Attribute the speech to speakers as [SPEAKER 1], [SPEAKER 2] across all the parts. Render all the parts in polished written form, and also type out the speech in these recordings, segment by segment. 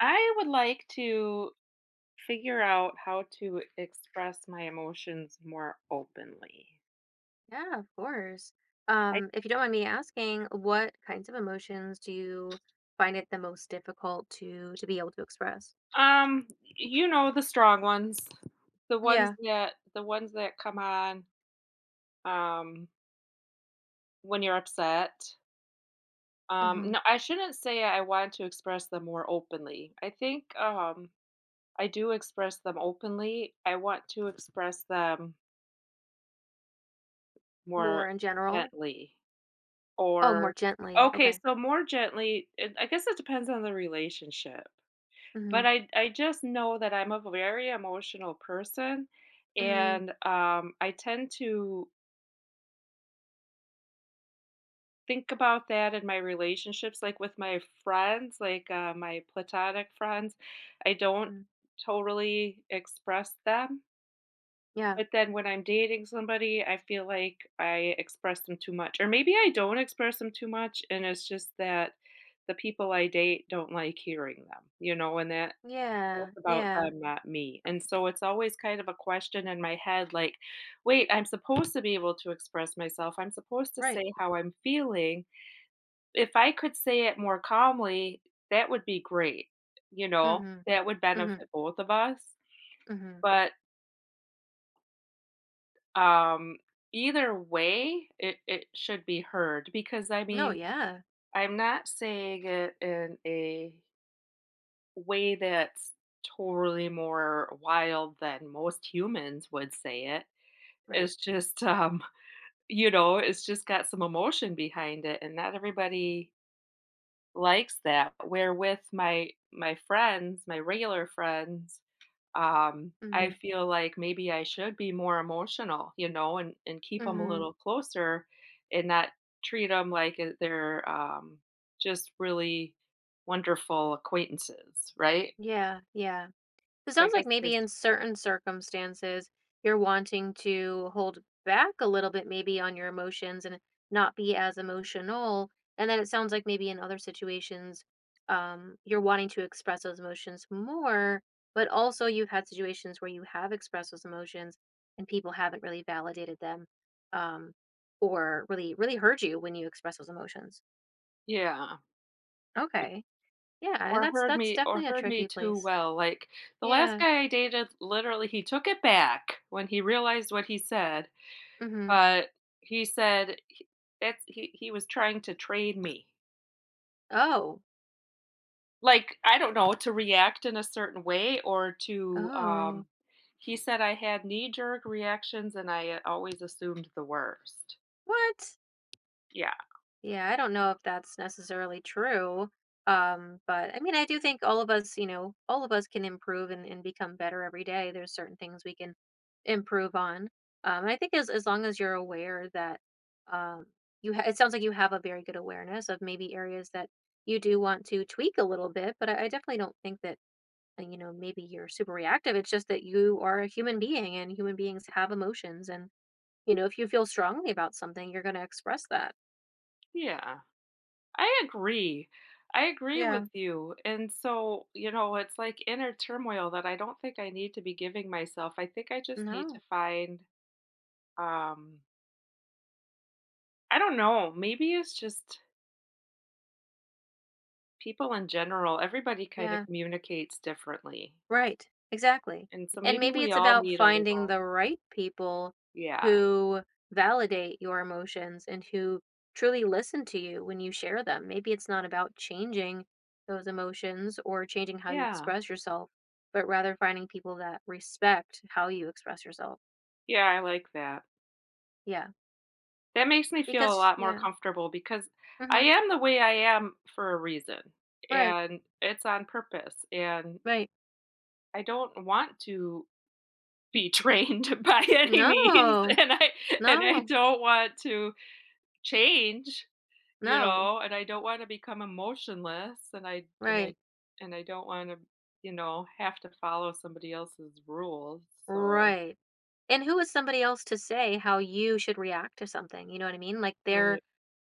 [SPEAKER 1] I would like to figure out how to express my emotions more openly.
[SPEAKER 2] Yeah, of course.
[SPEAKER 1] I
[SPEAKER 2] If you don't mind me asking, what kinds of emotions do you find it the most difficult to be able to express?
[SPEAKER 1] um you know, the strong ones, the ones
[SPEAKER 2] Yeah.
[SPEAKER 1] that come on um when you're upset.
[SPEAKER 2] Hmm.
[SPEAKER 1] No, I shouldn't say I want to express them more openly. I think I do express them openly. I want to express them more
[SPEAKER 2] More in general.
[SPEAKER 1] gently.
[SPEAKER 2] Oh, more
[SPEAKER 1] Or
[SPEAKER 2] gently.
[SPEAKER 1] Okay,
[SPEAKER 2] Okay.
[SPEAKER 1] so more gently, it I guess it depends on the relationship,
[SPEAKER 2] Hmm.
[SPEAKER 1] but I just know that I'm a very emotional person,
[SPEAKER 2] Hmm.
[SPEAKER 1] and, I tend to think about that in my relationships, like, with my friends, like, my platonic friends, I don't
[SPEAKER 2] Hmm.
[SPEAKER 1] totally express them.
[SPEAKER 2] Yeah.
[SPEAKER 1] But then when I'm dating somebody, I feel like I express them too much. Or maybe I don't express them too much, and it's just that the people I date don't like hearing them, you know, and
[SPEAKER 2] Yeah.
[SPEAKER 1] that's about
[SPEAKER 2] Yeah.
[SPEAKER 1] them, not me. And so it's always kind of a question in my head like, wait, I'm supposed to be able to express myself. I'm supposed to
[SPEAKER 2] Right.
[SPEAKER 1] say how I'm feeling. If I could say it more calmly, that would be great, you know,
[SPEAKER 2] Hmm.
[SPEAKER 1] that would
[SPEAKER 2] Hmm.
[SPEAKER 1] benefit both of us.
[SPEAKER 2] Hmm.
[SPEAKER 1] But Um, Either way, it should be heard because, I
[SPEAKER 2] No,
[SPEAKER 1] mean,
[SPEAKER 2] yeah.
[SPEAKER 1] I'm not saying it in a way that's totally more wild than most humans would say it.
[SPEAKER 2] Right.
[SPEAKER 1] It's just, it's just got some emotion behind it, and not everybody likes that. Where with my friends, my regular friends, I
[SPEAKER 2] Hmm.
[SPEAKER 1] feel like maybe I should be more emotional, you know, and keep them a
[SPEAKER 2] Hmm.
[SPEAKER 1] little closer, and not treat them like they're just really wonderful acquaintances, right?
[SPEAKER 2] Yeah. Yeah. So, it
[SPEAKER 1] So I
[SPEAKER 2] sounds like
[SPEAKER 1] guess
[SPEAKER 2] maybe
[SPEAKER 1] there's
[SPEAKER 2] in certain circumstances, you're wanting to hold back a little bit, maybe on your emotions and not be as emotional. And then it sounds like maybe in other situations, you're wanting to express those emotions more, but also you've had situations where you have expressed those emotions and people haven't really validated them, um, or really, really heard you when you express those emotions.
[SPEAKER 1] Yeah,
[SPEAKER 2] Okay. Yeah. And
[SPEAKER 1] or
[SPEAKER 2] that's,
[SPEAKER 1] heard
[SPEAKER 2] that's
[SPEAKER 1] me, or
[SPEAKER 2] definitely a
[SPEAKER 1] heard me
[SPEAKER 2] tricky
[SPEAKER 1] too
[SPEAKER 2] place.
[SPEAKER 1] well. Like the last
[SPEAKER 2] Yeah.
[SPEAKER 1] guy I dated, literally, he took it back when he realized what he said,
[SPEAKER 2] Mm-hmm.
[SPEAKER 1] but he said he- he was trying to trade me.
[SPEAKER 2] Oh,
[SPEAKER 1] Like, I don't know, to react in a certain way or
[SPEAKER 2] oh.
[SPEAKER 1] he said I had knee-jerk reactions and I always assumed the worst.
[SPEAKER 2] What?
[SPEAKER 1] Yeah,
[SPEAKER 2] Yeah, I don't know if that's necessarily true. But I mean, I do think all of us can improve and become better every day. There's certain things we can improve on. And I think as long as you're aware that um, it sounds like you have a very good awareness of maybe areas that you do want to tweak a little bit, but I definitely don't think that, maybe you're super reactive. It's just that you are a human being and human beings have emotions. And if you feel strongly about something, you're going to express that.
[SPEAKER 1] yeah. I agree. I agree with
[SPEAKER 2] Yeah.
[SPEAKER 1] you, and so, you know, it's like inner turmoil that I don't think I need to be giving myself. I think I just need to
[SPEAKER 2] No.
[SPEAKER 1] find, um I don't know, maybe it's just people in general, everybody kinda
[SPEAKER 2] Yeah.
[SPEAKER 1] communicates differently,
[SPEAKER 2] Right. Exactly.
[SPEAKER 1] and so
[SPEAKER 2] And
[SPEAKER 1] maybe
[SPEAKER 2] maybe
[SPEAKER 1] we
[SPEAKER 2] it's
[SPEAKER 1] all
[SPEAKER 2] about
[SPEAKER 1] need a
[SPEAKER 2] finding
[SPEAKER 1] little.
[SPEAKER 2] the right people
[SPEAKER 1] Yeah,
[SPEAKER 2] who validate your emotions and who truly listen to you when you share them. Maybe it's not about changing those emotions or changing how you
[SPEAKER 1] yeah.
[SPEAKER 2] express yourself, but rather finding people that respect how you express yourself.
[SPEAKER 1] Yeah, I like that.
[SPEAKER 2] Yeah.
[SPEAKER 1] That makes me feel a
[SPEAKER 2] Because,
[SPEAKER 1] lot more
[SPEAKER 2] yeah.
[SPEAKER 1] comfortable because I
[SPEAKER 2] Hmm.
[SPEAKER 1] am the way I am for a reason,
[SPEAKER 2] Right.
[SPEAKER 1] and it's on purpose, and
[SPEAKER 2] Right.
[SPEAKER 1] I don't want to be trained by any means,
[SPEAKER 2] No.
[SPEAKER 1] and I
[SPEAKER 2] No.
[SPEAKER 1] don't want to change, you
[SPEAKER 2] No.
[SPEAKER 1] know, and I don't wanna become emotionless,
[SPEAKER 2] Right.
[SPEAKER 1] and I don't wanna, you know, have to follow somebody else's rules, so
[SPEAKER 2] Right. And who is somebody else to say how you should react to something? You know what I mean? Like they're
[SPEAKER 1] right.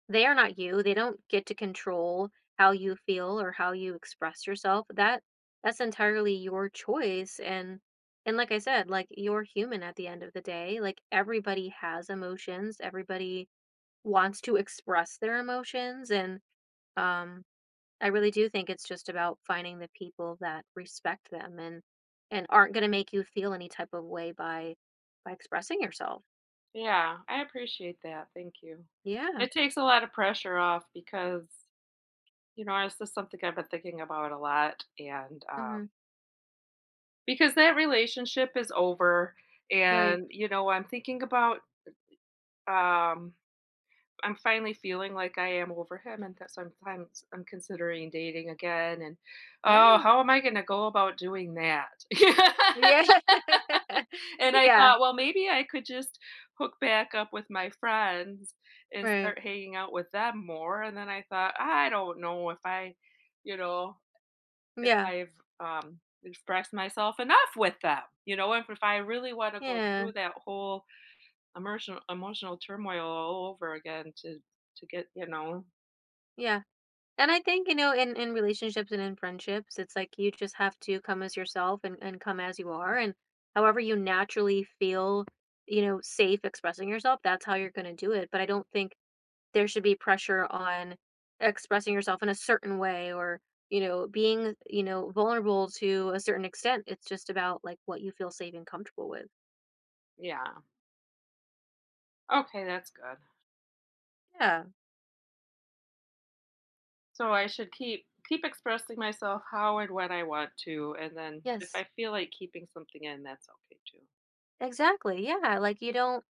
[SPEAKER 2] they are not you. They don't get to control how you feel or how you express yourself. That's entirely your choice, and like I said, like you're human at the end of the day. Like everybody has emotions. Everybody wants to express their emotions, and um I really do think it's just about finding the people that respect them and aren't going to make you feel any type of way by expressing yourself.
[SPEAKER 1] Yeah, I appreciate that. Thank you.
[SPEAKER 2] Yeah.
[SPEAKER 1] It takes a lot of pressure off because, you know, it's just something I've been thinking about a lot. And
[SPEAKER 2] Mhm.
[SPEAKER 1] because that relationship is over,
[SPEAKER 2] Right.
[SPEAKER 1] and, you know, I'm thinking about, um, I'm finally feeling like I am over him. And that sometimes I'm considering dating again. And, oh,
[SPEAKER 2] Yeah.
[SPEAKER 1] how am I going to go about doing that?
[SPEAKER 2] Yeah.
[SPEAKER 1] And I
[SPEAKER 2] Yeah.
[SPEAKER 1] thought, well, maybe I could just hook back up with my friends and
[SPEAKER 2] Right.
[SPEAKER 1] start hanging out with them more. And then I thought, I don't know if I, you know, if
[SPEAKER 2] Yeah.
[SPEAKER 1] I've expressed myself enough with them, you know, and if I really want to go
[SPEAKER 2] Yeah.
[SPEAKER 1] through that whole emotional turmoil all over again to get, you know,
[SPEAKER 2] Yeah. And I think, in relationships and in friendships, it's like you just have to come as yourself and come as you are, and however you naturally feel safe expressing yourself, that's how you're going to do it. But I don't think there should be pressure on expressing yourself in a certain way, or being vulnerable to a certain extent. It's just about, like, what you feel safe and comfortable with.
[SPEAKER 1] yeah. Okay, that's good.
[SPEAKER 2] Yeah.
[SPEAKER 1] So I should keep expressing myself how and when I want to, and then if
[SPEAKER 2] Yes,
[SPEAKER 1] I feel like keeping something in, that's okay too.
[SPEAKER 2] exactly. Yeah. Like,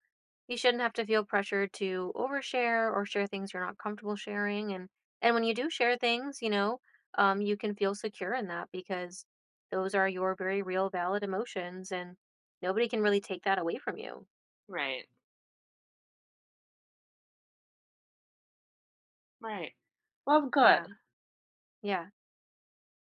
[SPEAKER 2] you shouldn't have to feel pressured to overshare or share things you're not comfortable sharing, and when you do share things, you can feel secure in that, because those are your very real, valid emotions, and nobody can really take that away from you.
[SPEAKER 1] Right, right. Well, good.
[SPEAKER 2] Yeah. Yeah.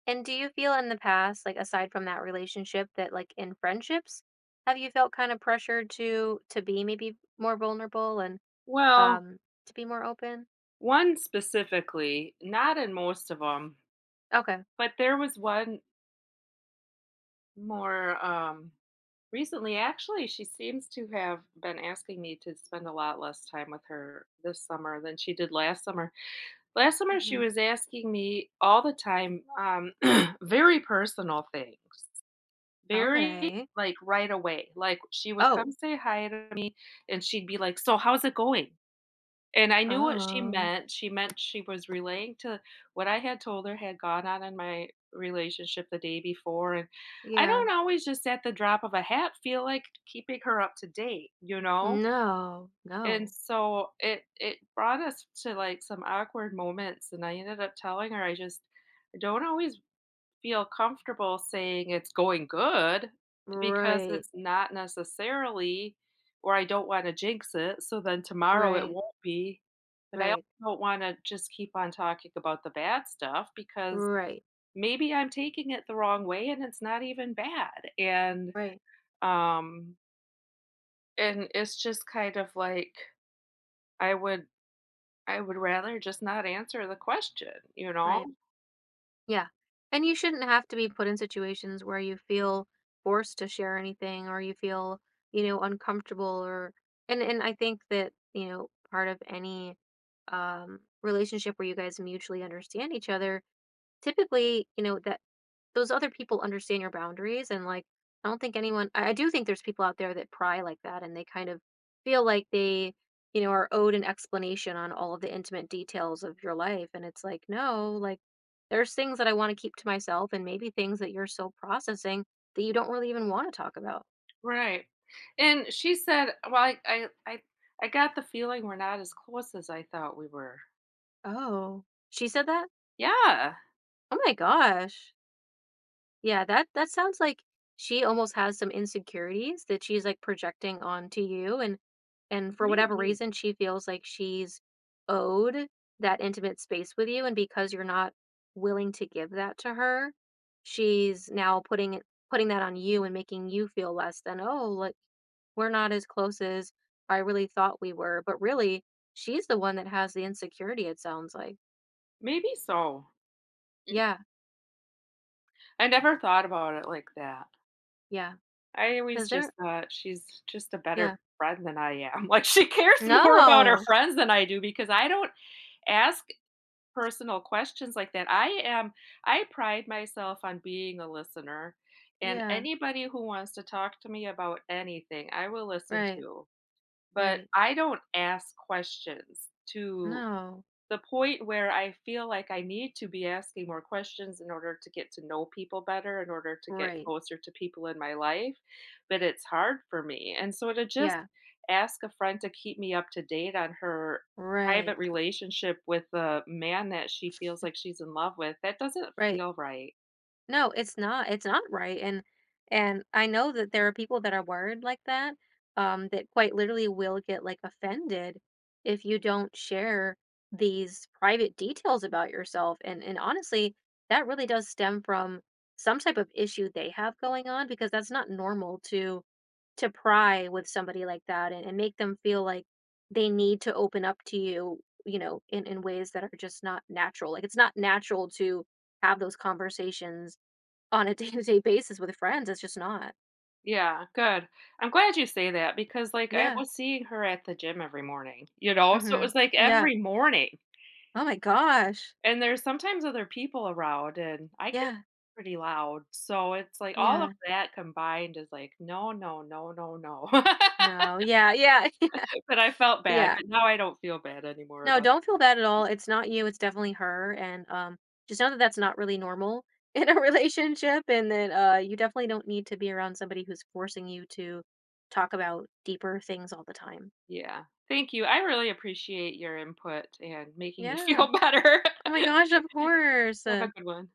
[SPEAKER 2] And do you feel in the past, like aside from that relationship, that like in friendships, have you felt kind of pressured to be maybe more vulnerable and
[SPEAKER 1] Well,
[SPEAKER 2] um to be more open?
[SPEAKER 1] one specifically, not in most of them,
[SPEAKER 2] Okay.
[SPEAKER 1] but there was one more recently. Actually, she seems to have been asking me to spend a lot less time with her this summer than she did last summer. Last summer, she
[SPEAKER 2] Hmm.
[SPEAKER 1] was asking me all the time very personal things, very
[SPEAKER 2] Okay.
[SPEAKER 1] like right away. Like she would come
[SPEAKER 2] Oh.
[SPEAKER 1] say hi to me and she'd be like, "So, how's it going?" And I knew what she
[SPEAKER 2] Oh.
[SPEAKER 1] meant. She meant she was relaying to what I had told her had gone on in my relationship the day before, and I
[SPEAKER 2] Yeah.
[SPEAKER 1] don't always just at the drop of a hat feel like keeping her up to date, you know?
[SPEAKER 2] No.
[SPEAKER 1] And
[SPEAKER 2] No.
[SPEAKER 1] so it brought us to, like, some awkward moments, and I ended up telling her I don't always feel comfortable saying it's going good because
[SPEAKER 2] Right.
[SPEAKER 1] it's not necessarily, or I don't wanna jinx it, so then tomorrow it
[SPEAKER 2] Right.
[SPEAKER 1] won't be, but I also
[SPEAKER 2] Right.
[SPEAKER 1] don't wanna just keep on talking about the bad stuff because
[SPEAKER 2] Right.
[SPEAKER 1] maybe I'm taking it the wrong way and it's not even bad,
[SPEAKER 2] Right.
[SPEAKER 1] um, and it's just kind of like I would I would rather just not answer the question, you
[SPEAKER 2] Right.
[SPEAKER 1] know?
[SPEAKER 2] Yeah. And you shouldn't have to be put in situations where you feel forced to share anything, or you feel, uncomfortable, or and I think that, part of any relationship where you guys mutually understand each other, typically, that those other people understand your boundaries, and, like, I don't think anyone. I do think there's people out there that pry like that and they kind of feel like they, are owed an explanation on all of the intimate details of your life. And it's like, no, like, there's things that I want to keep to myself, and maybe things that you're still processing that you don't really even want to talk about.
[SPEAKER 1] Right. And she said, "Well, I got the feeling we're not as close as I thought we were."
[SPEAKER 2] Oh, she said that?
[SPEAKER 1] Yeah,
[SPEAKER 2] Oh my gosh. Yeah, that sounds like she almost has some insecurities that she's, like, projecting onto you, and for whatever
[SPEAKER 1] maybe.
[SPEAKER 2] reason, she feels like she's owed that intimate space with you, and because you're not willing to give that to her, she's now putting that on you and making you feel less than, "Oh, like, we're not as close as I really thought we were," but really, she's the one that has the insecurity, it sounds like.
[SPEAKER 1] Maybe so.
[SPEAKER 2] Yeah,
[SPEAKER 1] I never thought about it like that.
[SPEAKER 2] yeah.
[SPEAKER 1] I always
[SPEAKER 2] Is there.
[SPEAKER 1] just thought she's just a
[SPEAKER 2] Yeah.
[SPEAKER 1] better friend than I am. Like she cares more about her
[SPEAKER 2] No!
[SPEAKER 1] friends than I do because I don't ask personal questions like that. I pride myself on being a listener, and
[SPEAKER 2] Yeah.
[SPEAKER 1] anybody who wants to talk to me about anything, I will listen
[SPEAKER 2] Right,
[SPEAKER 1] to. But
[SPEAKER 2] right.
[SPEAKER 1] I don't ask questions to
[SPEAKER 2] No,
[SPEAKER 1] the point where I feel like I need to be asking more questions in order to get to know people better, in order to get
[SPEAKER 2] right.
[SPEAKER 1] closer to people in my life. But it's hard for me. And so to just
[SPEAKER 2] Yeah,
[SPEAKER 1] ask a friend to keep me up to date on her
[SPEAKER 2] right,
[SPEAKER 1] private relationship with the man that she feels like she's in love with, that doesn't
[SPEAKER 2] right.
[SPEAKER 1] feel right.
[SPEAKER 2] No, it's not. It's not right. And I know that there are people that are worried like that, that quite literally will get, like, offended if you don't share these private details about yourself. And honestly, that really does stem from some type of issue they have going on, because that's not normal to pry with somebody like that and make them feel like they need to open up to you, in ways that are just not natural. Like, it's not natural to have those conversations on a day to day basis with friends. It's just not.
[SPEAKER 1] Yeah, good. I'm glad you say that because, like, I
[SPEAKER 2] Yeah.
[SPEAKER 1] was seeing her at the gym every morning, you know? So it
[SPEAKER 2] Hmm.
[SPEAKER 1] was like
[SPEAKER 2] Yeah.
[SPEAKER 1] every morning.
[SPEAKER 2] Oh my gosh.
[SPEAKER 1] And there's sometimes other people around, and I can be
[SPEAKER 2] Yeah.
[SPEAKER 1] pretty loud, so it's like all of
[SPEAKER 2] Yeah.
[SPEAKER 1] that combined is like, "No, no, no, no, no."
[SPEAKER 2] No. Yeah. Yeah.
[SPEAKER 1] But I felt bad,
[SPEAKER 2] Yeah.
[SPEAKER 1] but now I don't feel bad anymore
[SPEAKER 2] No,
[SPEAKER 1] about.
[SPEAKER 2] don't feel bad at all. It's not you, it's definitely her, and, just know that that's not really normal in a relationship, and that, you definitely don't need to be around somebody who's forcing you to talk about deeper things all the time.
[SPEAKER 1] Yeah. Thank you. I really appreciate your input and making me
[SPEAKER 2] Yeah.
[SPEAKER 1] feel better.
[SPEAKER 2] Oh my gosh, of course.
[SPEAKER 1] Have a good one.